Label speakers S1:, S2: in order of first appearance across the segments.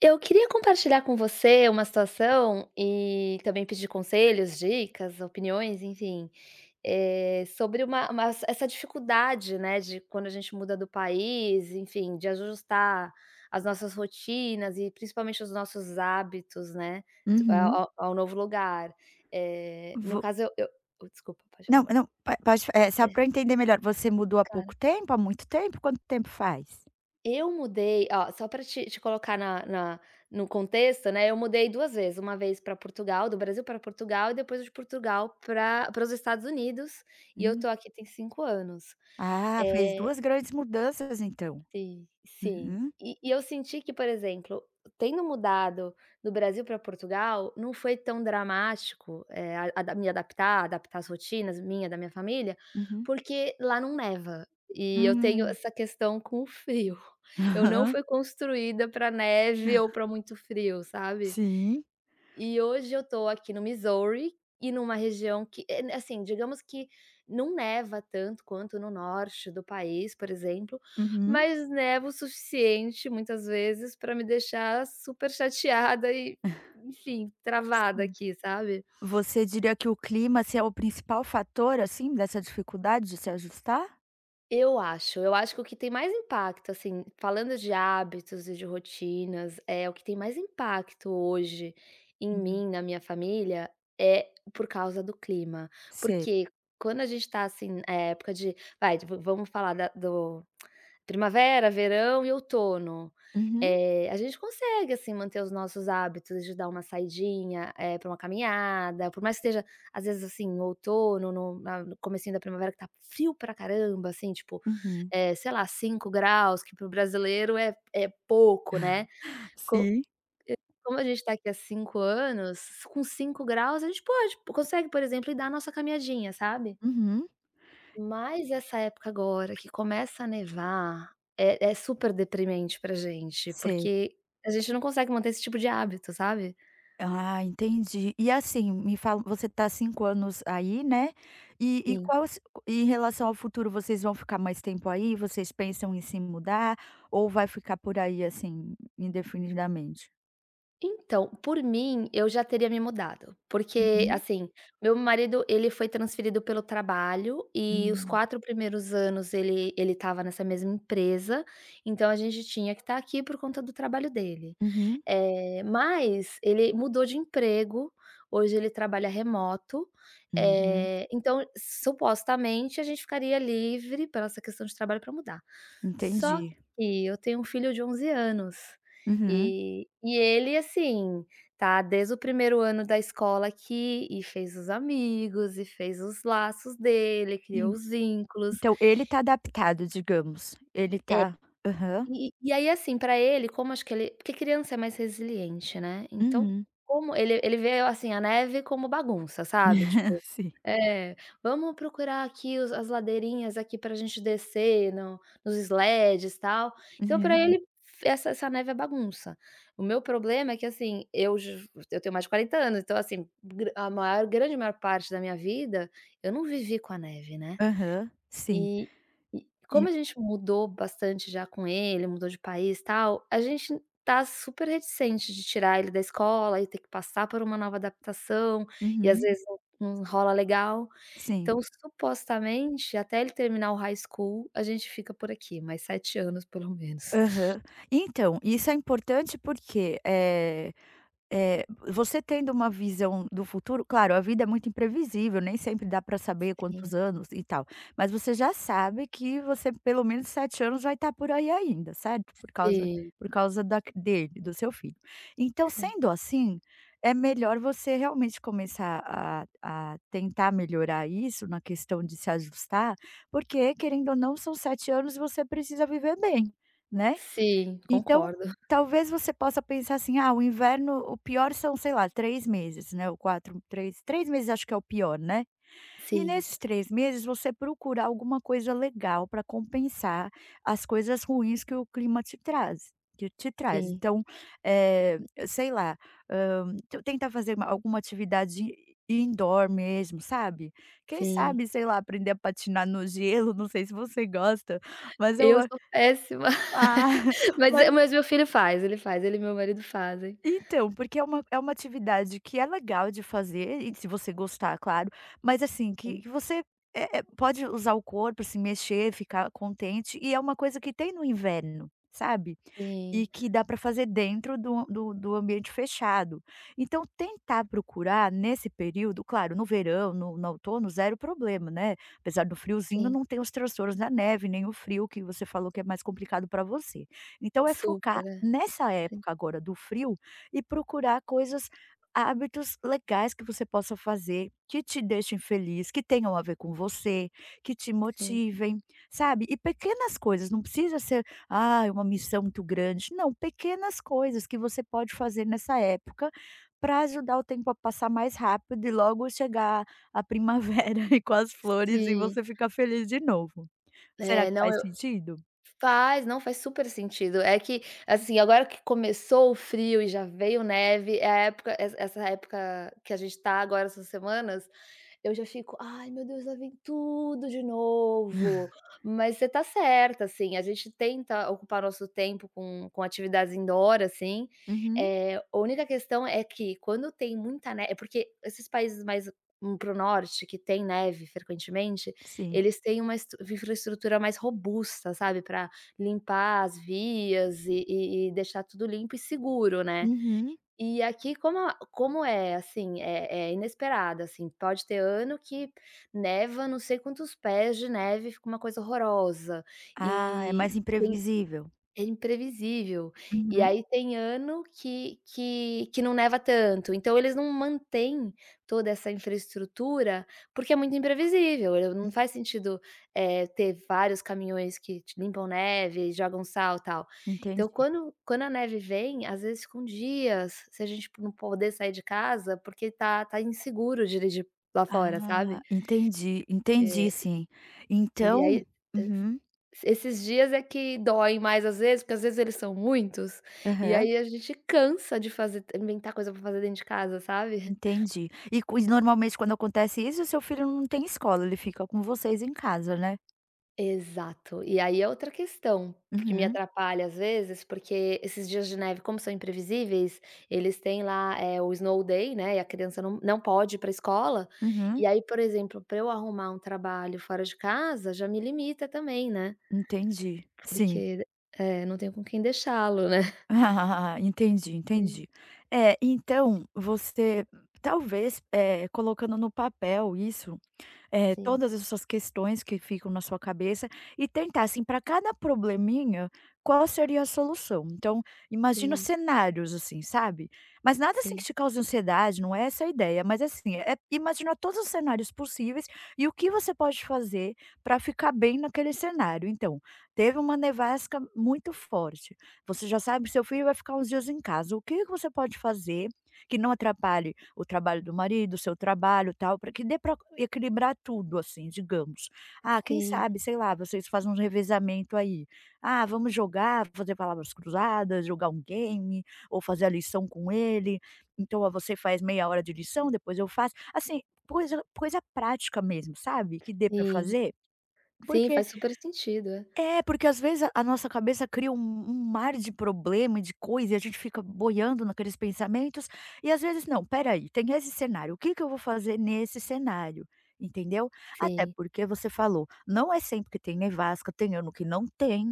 S1: Eu queria compartilhar com você uma situação e também pedir conselhos, dicas, opiniões, enfim, sobre uma essa dificuldade, né, de quando a gente muda do país, enfim, de ajustar as nossas rotinas e principalmente os nossos hábitos, né, ao
S2: Uhum.
S1: ao ao novo lugar. No
S2: Vo
S1: caso eu oh, desculpa, pode
S2: Não,
S1: falar.
S2: não, po pode só
S1: É,
S2: pra eu entender melhor, você mudou há
S1: claro.
S2: pouco tempo, há muito tempo? Quanto tempo faz?
S1: Eu mudei, ó, só para te colocar na na no contexto, né, eu mudei 2 vezes, uma vez para Portugal, do Brasil para Portugal e depois de Portugal pra para os Estados Unidos, e eu
S2: Hum.
S1: tô aqui tem 5 anos.
S2: Ah, fez
S1: Eh
S2: duas grandes mudanças então.
S1: Sim, sim.
S2: Uhum,
S1: E eu senti que, por exemplo, tendo mudado do Brasil para Portugal, não foi tão dramático, a me adaptar, adaptar as rotinas minha, da minha família,
S2: uhum.
S1: porque lá não neva, e eu tenho
S2: Hum.
S1: essa questão com o frio. Eu não
S2: Aham.
S1: fui construída para neve ou para muito frio, sabe?
S2: Sim.
S1: E hoje eu tô aqui no Missouri e numa região que, assim, digamos que não neva tanto quanto no norte do país, por exemplo,
S2: Uhum.
S1: mas neva o suficiente muitas vezes para me deixar super chateada e, enfim, travada
S2: Sim.
S1: aqui, sabe?
S2: Você diria que o clima, assim, é o principal fator, assim, dessa dificuldade de se ajustar?
S1: Eu acho que o que tem mais impacto, assim, falando de hábitos e de rotinas, é o que tem mais impacto hoje em
S2: Uhum.
S1: mim, na minha família, é por causa do clima.
S2: Sei.
S1: Porque quando a gente tá, assim, época de vai, v vamos falar da do primavera, verão e outono.
S2: Uhum,
S1: A gente consegue, assim, manter os nossos hábitos de dar uma saidinha, pra uma caminhada, por mais que esteja, às vezes, assim, no outono, no comecinho da primavera, que tá frio pra caramba, assim, tipo,
S2: uhum.
S1: sei lá, 5 graus, que para o brasileiro é pouco, né. Co
S2: Sim.
S1: Como a gente tá aqui há 5 anos, com 5 graus a gente pode consegue, por exemplo, ir dar a nossa caminhadinha, sabe?
S2: Uhum.
S1: Mas essa época agora que começa a nevar é super deprimente pra gente,
S2: Sei.
S1: porque a gente não consegue manter esse tipo de hábito, sabe?
S2: Ah, entendi. E, assim, me fala, você tá há 5 anos aí, né, e
S1: Sim.
S2: qual se em relação ao futuro, vocês vão ficar mais tempo aí? Vocês pensam em se mudar ou vai ficar por aí, assim, indefinidamente?
S1: Então, por mim, eu já teria me mudado, porque,
S2: Uhum.
S1: assim, meu marido, ele foi transferido pelo trabalho e os
S2: Hum.
S1: 4 primeiros anos ele estava nessa mesma empresa, então a gente tinha que estar aqui por conta do trabalho dele.
S2: Uhum.
S1: Mas ele mudou de emprego, hoje ele trabalha remoto,
S2: Uhum.
S1: então supostamente a gente ficaria livre pela essa questão de trabalho para mudar. Só
S2: Entendi.
S1: que eu tenho um filho de 11 anos.
S2: Uhum.
S1: E ele, assim, tá desde o primeiro ano da escola aqui e fez os amigos e fez os laços dele, criou
S2: En
S1: os vínculos.
S2: Então ele tá adaptado, digamos. Ele
S1: É,
S2: tá aham.
S1: e aí, assim, pra ele, como acho que ele porque criança é mais resiliente, né, então
S2: Uhum.
S1: como ele vê, assim, a neve como bagunça, sabe, tipo
S2: Sim.
S1: é, vamos procurar aqui os as ladeirinhas aqui para a gente descer no nos sleds, e tal. Então para
S2: Uhum.
S1: ele essa neve é bagunça. O meu problema é que, assim, eu tenho mais de 40 anos, então, assim, grande maior parte da minha vida, eu não vivi com a neve, né.
S2: Aham. Sim.
S1: E e como
S2: E
S1: a gente mudou bastante já com ele, mudou de país, e tal, a gente tá super reticente de tirar ele da escola e ter que passar por uma nova adaptação, e às
S2: uhum.
S1: vezes não rola legal.
S2: Sim.
S1: Então, supostamente, até ele terminar o high school, a gente fica por aqui, mais 7 anos pelo menos.
S2: Aham. Então, isso é importante porque, é. Você tendo uma visão do futuro claro, a vida é muito imprevisível, nem sempre dá para saber
S1: Sim,
S2: quantos anos e tal, mas você já sabe que você pelo menos 7 anos vai estar por aí ainda, certo?
S1: sim.
S2: Por causa da dele, do seu filho. Então,
S1: Sim.
S2: sendo assim, é melhor você realmente começar a tentar melhorar isso na questão de se ajustar, porque querendo ou não são 7 anos e você precisa viver bem, né?
S1: Sim,
S2: Então,
S1: concordo.
S2: talvez você possa pensar assim: "Ah, o inverno o pior são, sei lá, 3 meses, né, ou 4 três meses acho que é o pior, né". E
S1: Sim,
S2: nesses 3 meses você procurar alguma coisa legal para compensar as coisas ruins que o clima te traz.
S1: sim,
S2: Então, eh, sei lá, t tenta fazer uma alguma atividade indoor mesmo, sabe. Quem
S1: sim.
S2: sabe, sei lá, aprender a patinar no gelo, não sei se você gosta, mas eu
S1: Eu sou péssima.
S2: ah,
S1: Mas é, mas meu filho faz, ele e meu marido fazem.
S2: então, porque é uma atividade que é legal de fazer e se você gostar, claro, mas assim,
S1: Sim,
S2: pode usar o corpo, se mexer, ficar contente, e é uma coisa que tem no inverno, sabe?
S1: sim,
S2: E que dá para fazer dentro do ambiente fechado. Então tentar procurar nesse período, claro, no verão, no outono, zero problema, né, apesar do friozinho,
S1: sim.
S2: não tem os transtornos da neve, nem o frio que você falou que é mais complicado para você. Então é focar
S1: Super, é.
S2: nessa
S1: Sim,
S2: época agora do frio e procurar coisas hábitos legais que você possa fazer, que te deixem feliz, que tenham a ver com você, que te
S1: sim.
S2: motivem, sabe. E pequenas coisas, não precisa ser ah, é uma missão muito grande. Não, pequenas coisas que você pode fazer nessa época para ajudar o tempo a passar mais rápido e logo chegar a primavera e com as flores e
S1: Sim.
S2: você ficar feliz de novo. Será
S1: É,
S2: que
S1: não.
S2: faz sentido?
S1: Faz, não, faz super sentido. É que, assim, agora que começou o frio e já veio neve, é a época, essa época que a gente tá agora, essas semanas, eu já fico: "Ai, meu Deus, lá vem tudo de novo". Mas você tá certa, assim, a gente tenta ocupar nosso tempo com atividades indoor, assim,
S2: Uhum,
S1: é a única questão é que quando tem muita neve é porque esses países mais, para norte, que tem neve frequentemente,
S2: sim.
S1: eles têm uma estru infraestrutura mais robusta, sabe, para limpar as vias e deixar tudo limpo e seguro, né.
S2: Uhum.
S1: E aqui como a como é, assim, é inesperado, assim, pode ter ano que neva não sei quantos pés de neve, fica uma coisa horrorosa.
S2: Ah, é
S1: E
S2: mais
S1: tem
S2: imprevisível.
S1: É imprevisível. E
S2: Uhum,
S1: aí tem ano que não neva tanto, então eles não mantêm toda essa infraestrutura, porque é muito imprevisível, eu não
S2: uhum.
S1: faz sentido, ter vários caminhões que te limpam neve, jogam sal, tal. Então
S2: Entendi.
S1: quando a neve vem, às vezes ficam dias, se a gente não poder sair de casa, porque tá inseguro dirigir lá fora,
S2: Ah,
S1: sabe.
S2: entendi,
S1: É.
S2: entendi, sim.
S1: E aí,
S2: Então
S1: es
S2: uhum,
S1: esses dias é que doem mais às vezes, porque às vezes eles são muitos, e
S2: aham.
S1: aí a gente cansa de fazer, inventar coisa pra fazer dentro de casa, sabe.
S2: Entendi. E normalmente quando acontece isso, o seu filho não tem escola, ele fica com vocês em casa, né?
S1: Exato. E aí é outra questão que me
S2: Uhum,
S1: atrapalha às vezes, porque esses dias de neve, como são imprevisíveis, eles têm lá, é o snow day, né, e a criança não pode ir pra escola, e
S2: uhum,
S1: aí, por exemplo, para eu arrumar um trabalho fora de casa, já me limita também, né,
S2: entendi. Sim.
S1: porque, não tenho com quem deixá-lo, né.
S2: Ah, entendi,
S1: Sim,
S2: entendi. É, então você talvez, colocando no papel isso,
S1: sim.
S2: todas essas questões que ficam na sua cabeça, e tentar, assim, para cada probleminha, qual seria a solução. Então, imagina
S1: Sim,
S2: cenários, assim, sabe? Mas nada assim que
S1: sim,
S2: te cause ansiedade, não é essa a ideia. Mas assim, é imaginar todos os cenários possíveis e o que você pode fazer para ficar bem naquele cenário. Então, teve uma nevasca muito forte. Você já sabe que seu filho vai ficar uns dias em casa. O que que você pode fazer que não atrapalhe o trabalho do marido, o seu trabalho, tal, para que dê para equilibrar tudo, assim, digamos. Ah, quem
S1: sim,
S2: sabe, sei lá, vocês fazem um revezamento aí. Ah, vamos jogar, fazer palavras cruzadas, jogar um game, ou fazer a lição com ele. Então, ah, você faz meia hora de lição, depois eu faço. Assim, coisa prática mesmo, sabe, que dê para
S1: sim.
S2: fazer,
S1: Sim,
S2: porque
S1: faz super sentido, é.
S2: é, porque às vezes a nossa cabeça cria um mar de problema e de coisa e a gente fica boiando naqueles pensamentos, e às vezes não, espera aí, tem esse cenário, o que que eu vou fazer nesse cenário, entendeu? Até
S1: Sim.
S2: porque você falou, não é sempre que tem nevasca, tem ano que não tem,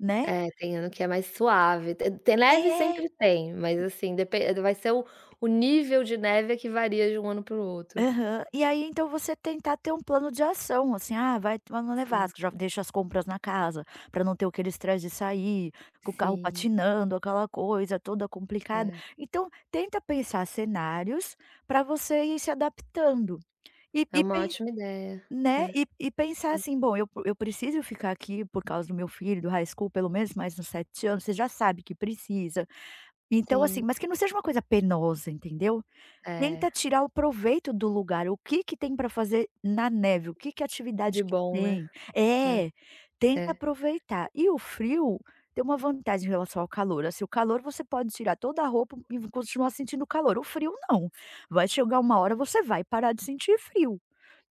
S2: né?
S1: É, tem ano que é mais suave. Te Tem neve
S2: É.
S1: sempre tem, mas assim, depen vai ser o nível de neve é que varia de um ano para o outro.
S2: Aham. E aí então você tentar ter um plano de ação, assim: "Ah, vai tomar no
S1: Sim,
S2: nevasca", já deixa as compras na casa, para não ter aquele estresse de sair, com o carro
S1: sim.
S2: patinando, aquela coisa toda complicada.
S1: É,
S2: Então tenta pensar cenários para você ir se adaptando.
S1: é
S2: E
S1: uma
S2: pen
S1: ótima ideia.
S2: Né,
S1: É,
S2: e pensar
S1: sim,
S2: assim: "Bom, eu preciso ficar aqui por causa do meu filho, do high school, pelo menos mais uns 7 anos", você já sabe que precisa. Então
S1: sim.
S2: assim, mas que não seja uma coisa penosa, entendeu?
S1: É,
S2: Tenta tirar o proveito do lugar, o que que tem para fazer na neve, o que que
S1: de
S2: atividade que
S1: bom, né.
S2: tem. É,
S1: É,
S2: tenta
S1: é.
S2: aproveitar. E o frio tem uma vantagem em relação ao calor, assim, o calor você pode tirar toda a roupa e continuar sentindo calor, o frio não, vai chegar uma hora você vai parar de sentir frio,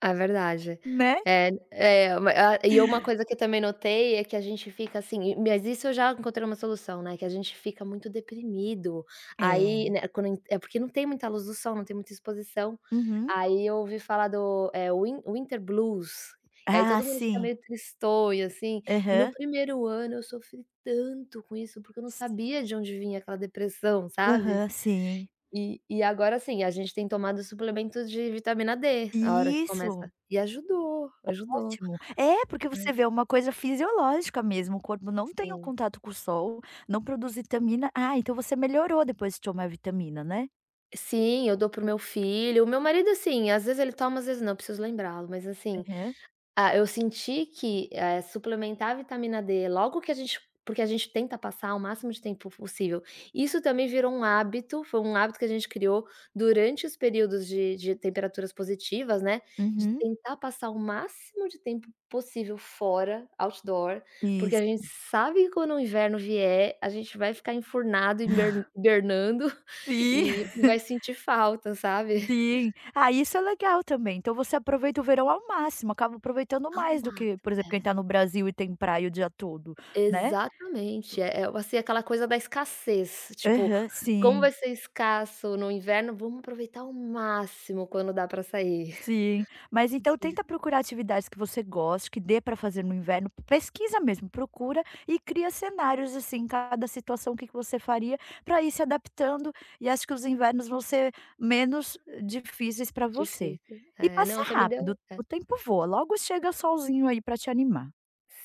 S1: É verdade.
S2: né.
S1: É uma a e uma coisa que eu também notei é que a gente fica assim e- mas isso eu já encontrei uma solução, né, que a gente fica muito deprimido, aí,
S2: É.
S1: né, quando en é porque não tem muita luz do sol, não tem muita exposição,
S2: Uhum.
S1: aí eu ouvi falar do, winter blues, e aí
S2: Ah,
S1: todo mundo fica
S2: sim.
S1: meio tristonho, assim, e no
S2: Aham.
S1: primeiro ano eu sofri tanto com isso, porque eu não
S2: S
S1: sabia de onde vinha aquela depressão, sabe?
S2: Aham, sim.
S1: E agora, assim, a gente tem tomado suplemento de vitamina D, a hora que começa,
S2: Isso.
S1: e ajudou, ajudou.
S2: Ótimo. É, porque
S1: Hã.
S2: você vê é uma coisa fisiológica mesmo, o corpo não tem o
S1: Sim.
S2: contato com o sol, não produz vitamina. Ah, então você melhorou depois de tomar vitamina, né?
S1: Sim, eu dou pro meu filho. O meu marido, assim, às vezes ele toma, às vezes não, preciso lembrá-lo, mas assim,
S2: Aham.
S1: ah, eu senti que, suplementar a vitamina D logo que a gente porque a gente tenta passar o máximo de tempo possível. Isso também virou um hábito, foi um hábito que a gente criou durante os períodos de temperaturas positivas, né, de
S2: Uhum.
S1: tentar passar o máximo de tempo possível fora, outdoor, porque a gente
S2: Isso.
S1: sabe que quando o inverno vier, a gente vai ficar enfurnado, hibernando
S2: Sim,
S1: e vai sentir falta, sabe.
S2: sim. Ah, isso é legal também, então você aproveita o verão ao máximo, acaba aproveitando
S1: Ah,
S2: mais do que,
S1: mato,
S2: por exemplo, quem
S1: é.
S2: tá no Brasil e tem praia o dia todo, né?
S1: Exatamente, é, assim, aquela coisa da escassez, tipo,
S2: Aham,
S1: como
S2: sim.
S1: vai ser escasso no inverno, vamos aproveitar ao máximo quando dá pra sair.
S2: Sim, mas então tenta procurar atividades que você goste, que dê para fazer no inverno, pesquisa mesmo, procura e cria cenários assim, em cada situação o que que você faria para ir se adaptando, e acho que os invernos vão ser menos difíceis para você.
S1: Difícil.
S2: E
S1: É,
S2: passa
S1: não, você me deu
S2: rápido,
S1: é.
S2: o tempo voa, logo chega solzinho aí para te animar.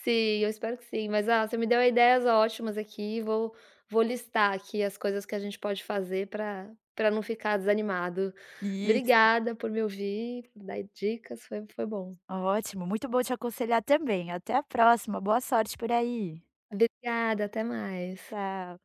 S1: Sim, eu espero que sim, mas, ah, você me deu ideias ótimas aqui, vou listar aqui as coisas que a gente pode fazer para, para não ficar desanimado.
S2: Isso.
S1: Obrigada por me ouvir, por dar dicas, foi bom.
S2: Ótimo, muito bom te aconselhar também. Até a próxima, boa sorte por aí.
S1: Obrigada, até mais.
S2: Tchau.